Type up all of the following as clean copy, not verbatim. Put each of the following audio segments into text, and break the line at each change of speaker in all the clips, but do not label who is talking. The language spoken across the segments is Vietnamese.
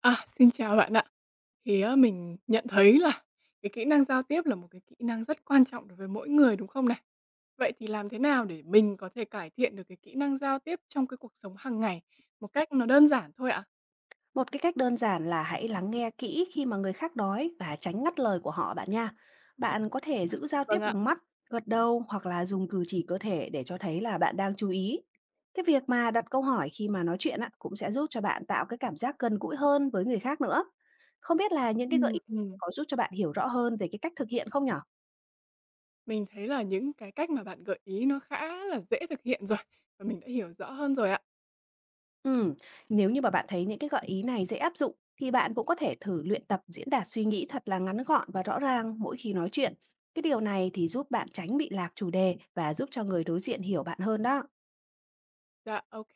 À, xin chào bạn ạ. Thì á, mình nhận thấy là cái kỹ năng giao tiếp là một cái kỹ năng rất quan trọng đối với mỗi người, đúng không này? Vậy thì làm thế nào để mình có thể cải thiện được cái kỹ năng giao tiếp trong cái cuộc sống hàng ngày một cách nó đơn giản thôi ạ?
Một cái cách đơn giản là hãy lắng nghe kỹ khi mà người khác nói và tránh ngắt lời của họ bạn nha. Bạn có thể giữ giao tiếp
Vâng ạ.
bằng mắt, gật đầu hoặc là dùng cử chỉ cơ thể để cho thấy là bạn đang chú ý. Cái việc mà đặt câu hỏi khi mà nói chuyện á, cũng sẽ giúp cho bạn tạo cái cảm giác gần gũi hơn với người khác nữa. Không biết là những cái gợi
Ừm,
ý
ừm.
có giúp cho bạn hiểu rõ hơn về cái cách thực hiện không nhở?
Mình thấy là những cái cách mà bạn gợi ý nó khá là dễ thực hiện rồi và mình đã hiểu rõ hơn rồi ạ.
Ừ, nếu như mà bạn thấy những cái gợi ý này dễ áp dụng thì bạn cũng có thể thử luyện tập diễn đạt suy nghĩ thật là ngắn gọn và rõ ràng mỗi khi nói chuyện. Cái điều này thì giúp bạn tránh bị lạc chủ đề và giúp cho người đối diện hiểu bạn hơn đó.
Dạ, ok.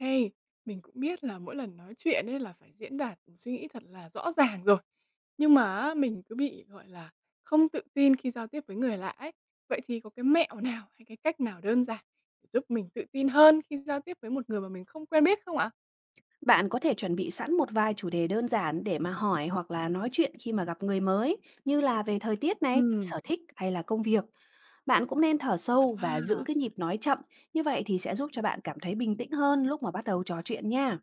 Mình cũng biết là mỗi lần nói chuyện ấy là phải diễn đạt suy nghĩ thật là rõ ràng rồi, nhưng mà á, mình cứ bị, gọi là, không tự tin khi giao tiếp với người lạ ấy. Vậy thì có cái mẹo nào hay cái cách nào đơn giản để giúp mình tự tin hơn khi giao tiếp với một người mà mình không quen biết không ạ?
Bạn có thể chuẩn bị sẵn một vài chủ đề đơn giản để mà hỏi hoặc là nói chuyện khi mà gặp người mới, như là về thời tiết này,
Ừm.
sở thích hay là công việc. Bạn cũng nên thở sâu
À,
và giữ
dạ.
cái nhịp nói chậm, như vậy thì sẽ giúp cho bạn cảm thấy bình tĩnh hơn lúc mà bắt đầu trò chuyện nha.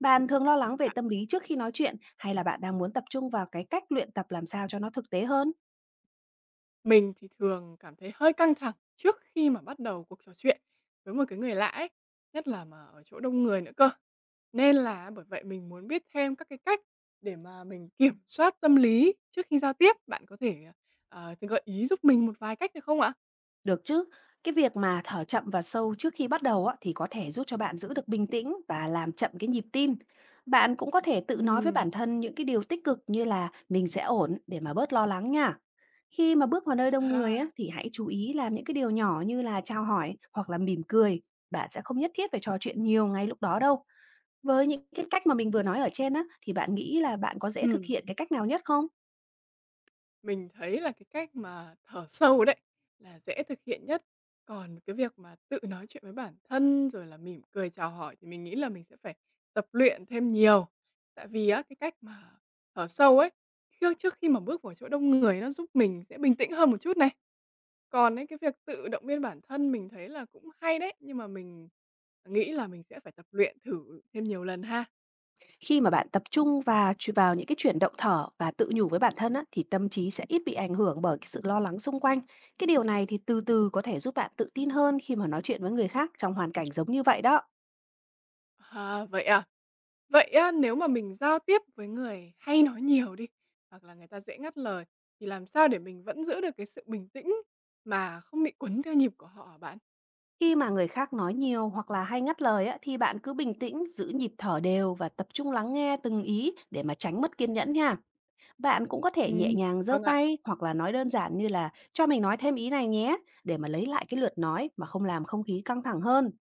Bạn thường lo lắng về tâm lý trước khi nói chuyện hay là bạn đang muốn tập trung vào cái cách luyện tập làm sao cho nó thực tế hơn?
Mình thì thường cảm thấy hơi căng thẳng trước khi mà bắt đầu cuộc trò chuyện với một cái người lạ ấy, nhất là mà ở chỗ đông người nữa cơ. Nên là bởi vậy mình muốn biết thêm các cái cách để mà mình kiểm soát tâm lý trước khi giao tiếp. Bạn có thể, thì gợi ý giúp mình một vài cách được không ạ?
Được chứ? Cái việc mà thở chậm và sâu trước khi bắt đầu á, thì có thể giúp cho bạn giữ được bình tĩnh và làm chậm cái nhịp tim. Bạn cũng có thể tự nói với
Ừm.
bản thân những cái điều tích cực như là mình sẽ ổn để mà bớt lo lắng nha. Khi mà bước vào nơi đông
À,
người á, thì hãy chú ý làm những cái điều nhỏ như là chào hỏi hoặc là mỉm cười. Bạn sẽ không nhất thiết phải trò chuyện nhiều ngay lúc đó đâu. Với những cái cách mà mình vừa nói ở trên á, thì bạn nghĩ là bạn có dễ thực
ừm.
hiện cái cách nào nhất không?
Mình thấy là cái cách mà thở sâu đấy là dễ thực hiện nhất, còn cái việc mà tự nói chuyện với bản thân, rồi là mỉm cười chào hỏi thì mình nghĩ là mình sẽ phải tập luyện thêm nhiều. Tại vì á, cái cách mà thở sâu ấy, trước trước khi mà bước vào chỗ đông người nó giúp mình sẽ bình tĩnh hơn một chút này. Còn ấy, cái việc tự động viên bản thân mình thấy là cũng hay đấy, nhưng mà mình nghĩ là mình sẽ phải tập luyện thử thêm nhiều lần ha.
Khi mà bạn tập trung và ch vào những cái chuyển động thở và tự nhủ với bản thân á, thì tâm trí sẽ ít bị ảnh hưởng bởi cái sự lo lắng xung quanh. Cái điều này thì từ từ có thể giúp bạn tự tin hơn khi mà nói chuyện với người khác trong hoàn cảnh giống như vậy đó.
À? Vậy á, nếu mà mình giao tiếp với người hay nói nhiều đi, hoặc là người ta dễ ngắt lời, thì làm sao để mình vẫn giữ được cái sự bình tĩnh mà không bị cuốn theo nhịp của họ hả bạn?
Khi mà người khác nói nhiều hoặc là hay ngắt lời á, thì bạn cứ bình tĩnh, giữ nhịp thở đều và tập trung lắng nghe từng ý để mà tránh mất kiên nhẫn nha. Bạn cũng có thể nhẹ
Ừm,
nhàng giơ
vâng ạ,
tay hoặc là nói đơn giản như là cho mình nói thêm ý này nhé để mà lấy lại cái lượt nói mà không làm không khí căng thẳng hơn.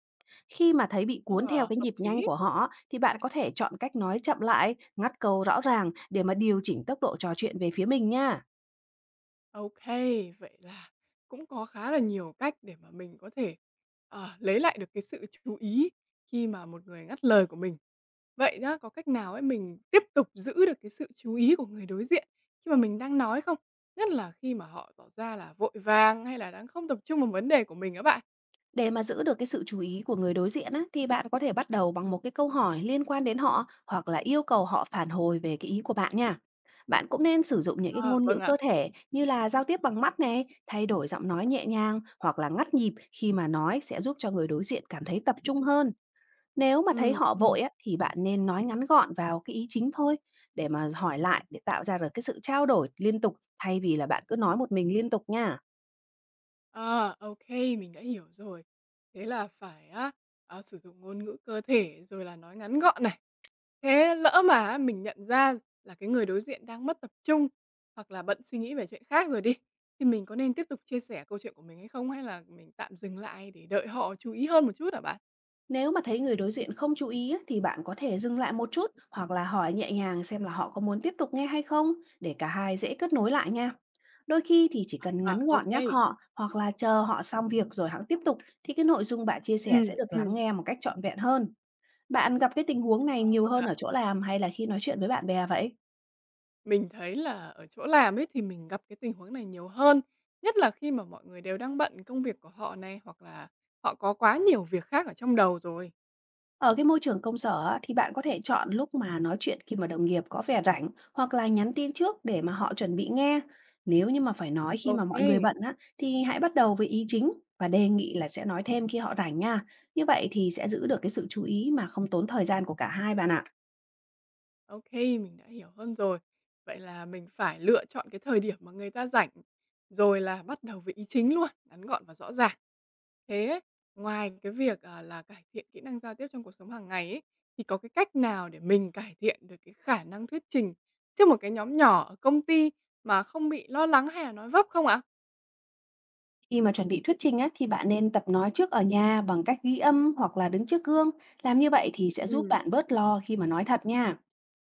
Khi mà thấy bị cuốn theo
ờ,
cái
hợp
nhịp nhanh
lý.
của họ thì bạn có thể chọn cách nói chậm lại, ngắt câu rõ ràng để mà điều chỉnh tốc độ trò chuyện về phía mình nha.
OK, vậy là cũng có khá là nhiều cách để mà mình có thể, lấy lại được cái sự chú ý khi mà một người ngắt lời của mình. Vậy nhá, có cách nào ấy mình tiếp tục giữ được cái sự chú ý của người đối diện khi mà mình đang nói không? Nhất là khi mà họ tỏ ra là vội vàng hay là đang không tập trung vào vấn đề của mình á bạn?
Để mà giữ được cái sự chú ý của người đối diện á, thì bạn có thể bắt đầu bằng một cái câu hỏi liên quan đến họ hoặc là yêu cầu họ phản hồi về cái ý của bạn nha. Bạn cũng nên sử dụng những cái
Ờ.
ngôn
Vâng
ngữ
ạ.
cơ thể như là giao tiếp bằng mắt này, thay đổi giọng nói nhẹ nhàng hoặc là ngắt nhịp khi mà nói sẽ giúp cho người đối diện cảm thấy tập trung hơn. Nếu mà thấy
Ừ.
họ
Ừm.
vội á, thì bạn nên nói ngắn gọn vào cái ý chính thôi để mà hỏi lại để tạo ra được cái sự trao đổi liên tục thay vì là bạn cứ nói một mình liên tục nha.
À, ô, mình đã hiểu rồi. Thế là phải á, sử dụng ngôn ngữ cơ thể rồi là nói ngắn gọn này. Thế lỡ mà á mình nhận ra là cái người đối diện đang mất tập trung hoặc là bận suy nghĩ về chuyện khác rồi đi, thì mình có nên tiếp tục chia sẻ câu chuyện của mình hay không? Hay là mình tạm dừng lại để đợi họ chú ý hơn một chút hả bạn?
Nếu mà thấy người đối diện không chú ý á, thì bạn có thể dừng lại một chút hoặc là hỏi nhẹ nhàng xem là họ có muốn tiếp tục nghe hay không để cả hai dễ kết nối lại nha. Đôi khi thì chỉ cần
Ờ,
ngắn
ô,
gọn
ừ,
nhắc
ừ.
họ hoặc là chờ họ xong việc rồi hãng tiếp tục thì cái nội dung bạn chia
Ờ,
sẻ sẽ được lắng nghe một cách trọn vẹn hơn. Bạn gặp cái tình huống này
ờ,
nhiều
vâng
hơn
ạ.
ở chỗ làm hay là khi nói chuyện với bạn bè vậy?
Mình thấy là ở chỗ làm ấy thì mình gặp cái tình huống này nhiều hơn, nhất là khi mà mọi người đều đang bận công việc của họ này, hoặc là họ có quá nhiều việc khác ở trong đầu rồi.
Ở cái môi trường công sở á, thì bạn có thể chọn lúc mà nói chuyện khi mà đồng nghiệp có vẻ rảnh hoặc là nhắn tin trước để mà họ chuẩn bị nghe. Nếu như mà phải nói khi mà mọi người
OK.
bận á, thì hãy bắt đầu với ý chính và đề nghị là sẽ nói thêm khi họ rảnh nha. Như vậy thì sẽ giữ được cái sự chú ý mà không tốn thời gian của cả hai bạn ạ.
OK, mình đã hiểu hơn rồi. Vậy là mình phải lựa chọn cái thời điểm mà người ta rảnh, rồi là bắt đầu với ý chính luôn, ngắn gọn và rõ ràng. Thế ấy, ngoài cái việc, à, là cải thiện kỹ năng giao tiếp trong cuộc sống hàng ngày ấy, thì có cái cách nào để mình cải thiện được cái khả năng thuyết trình trước một cái nhóm nhỏ ở công ty mà không bị lo lắng hay là nói vấp không ạ?
Khi mà chuẩn bị thuyết trình á, thì bạn nên tập nói trước ở nhà bằng cách ghi âm hoặc là đứng trước gương. Làm như vậy thì sẽ giúp
Ừ,
bạn bớt lo khi mà nói thật nha.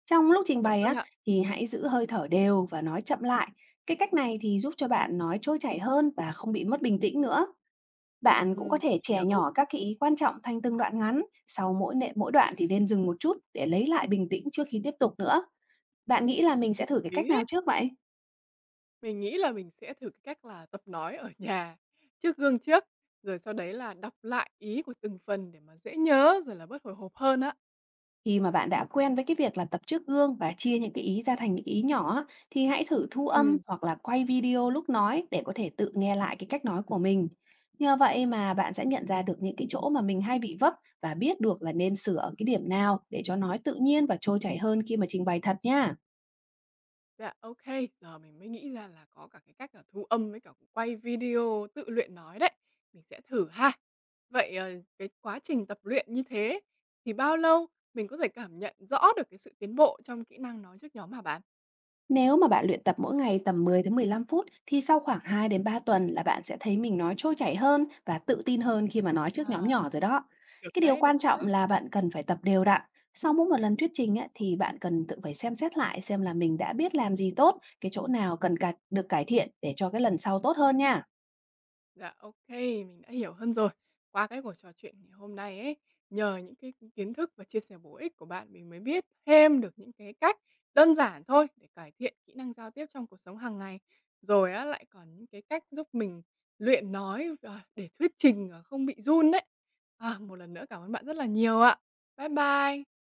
Trong lúc trình
dạ
bày á
vâng ạ.
thì hãy giữ hơi thở đều và nói chậm lại. Cái cách này thì giúp cho bạn nói trôi chảy hơn và không bị mất bình tĩnh nữa. Bạn cũng có
Ừ,
thể chè
hiểu,
nhỏ các cái ý quan trọng thành từng đoạn ngắn, sau mỗi mỗi đoạn thì nên dừng một chút để lấy lại bình tĩnh trước khi tiếp tục nữa. Bạn nghĩ là mình sẽ thử cái
lý
cách
đấy.
nào trước vậy?
Mình nghĩ là mình sẽ thử cái cách là tập nói ở nhà trước gương trước, rồi sau đấy là đọc lại ý của từng phần để mà dễ nhớ, rồi là bớt hồi hộp hơn á.
Khi mà bạn đã quen với cái việc là tập trước gương và chia những cái ý ra thành những ý nhỏ á, thì hãy thử thu âm
Ừ,
hoặc là quay video lúc nói để có thể tự nghe lại cái cách nói của mình. Nhờ vậy mà bạn sẽ nhận ra được những cái chỗ mà mình hay bị vấp và biết được là nên sửa ở cái điểm nào để cho nói tự nhiên và trôi chảy hơn khi mà trình bày thật nha.
dạ, ok. Giờ mình mới nghĩ ra là có cả cái cách là thu âm với cả quay video tự luyện nói đấy, mình sẽ thử ha. Vậy, cái quá trình tập luyện như thế thì bao lâu mình có thể cảm nhận rõ được cái sự tiến bộ trong kỹ năng nói trước nhóm hả bạn?
Nếu mà bạn luyện tập mỗi ngày tầm 10 đến 15 phút thì sau khoảng 2 đến 3 tuần là bạn sẽ thấy mình nói trôi chảy hơn và tự tin hơn khi mà nói trước nhóm
À.
nhỏ rồi đó.
Được
Cái điều
đấy, được
quan
đấy.
trọng là bạn cần phải tập đều đặn. Sau mỗi một lần thuyết trình á, thì bạn cần tự phải xem xét lại xem là mình đã biết làm gì tốt, cái chỗ nào cần được cải thiện để cho cái lần sau tốt hơn nha.
Dạ, ok, mình đã hiểu hơn rồi. Qua cái cuộc trò chuyện ngày hôm nay ấy, nhờ những cái kiến thức và chia sẻ bổ ích của bạn mình mới biết thêm được những cái cách đơn giản thôi để cải thiện kỹ năng giao tiếp trong cuộc sống hàng ngày. Rồi á, lại còn những cái cách giúp mình luyện nói và để thuyết trình, không bị run đấy. À, một lần nữa cảm ơn bạn rất là nhiều ạ. Bye bye.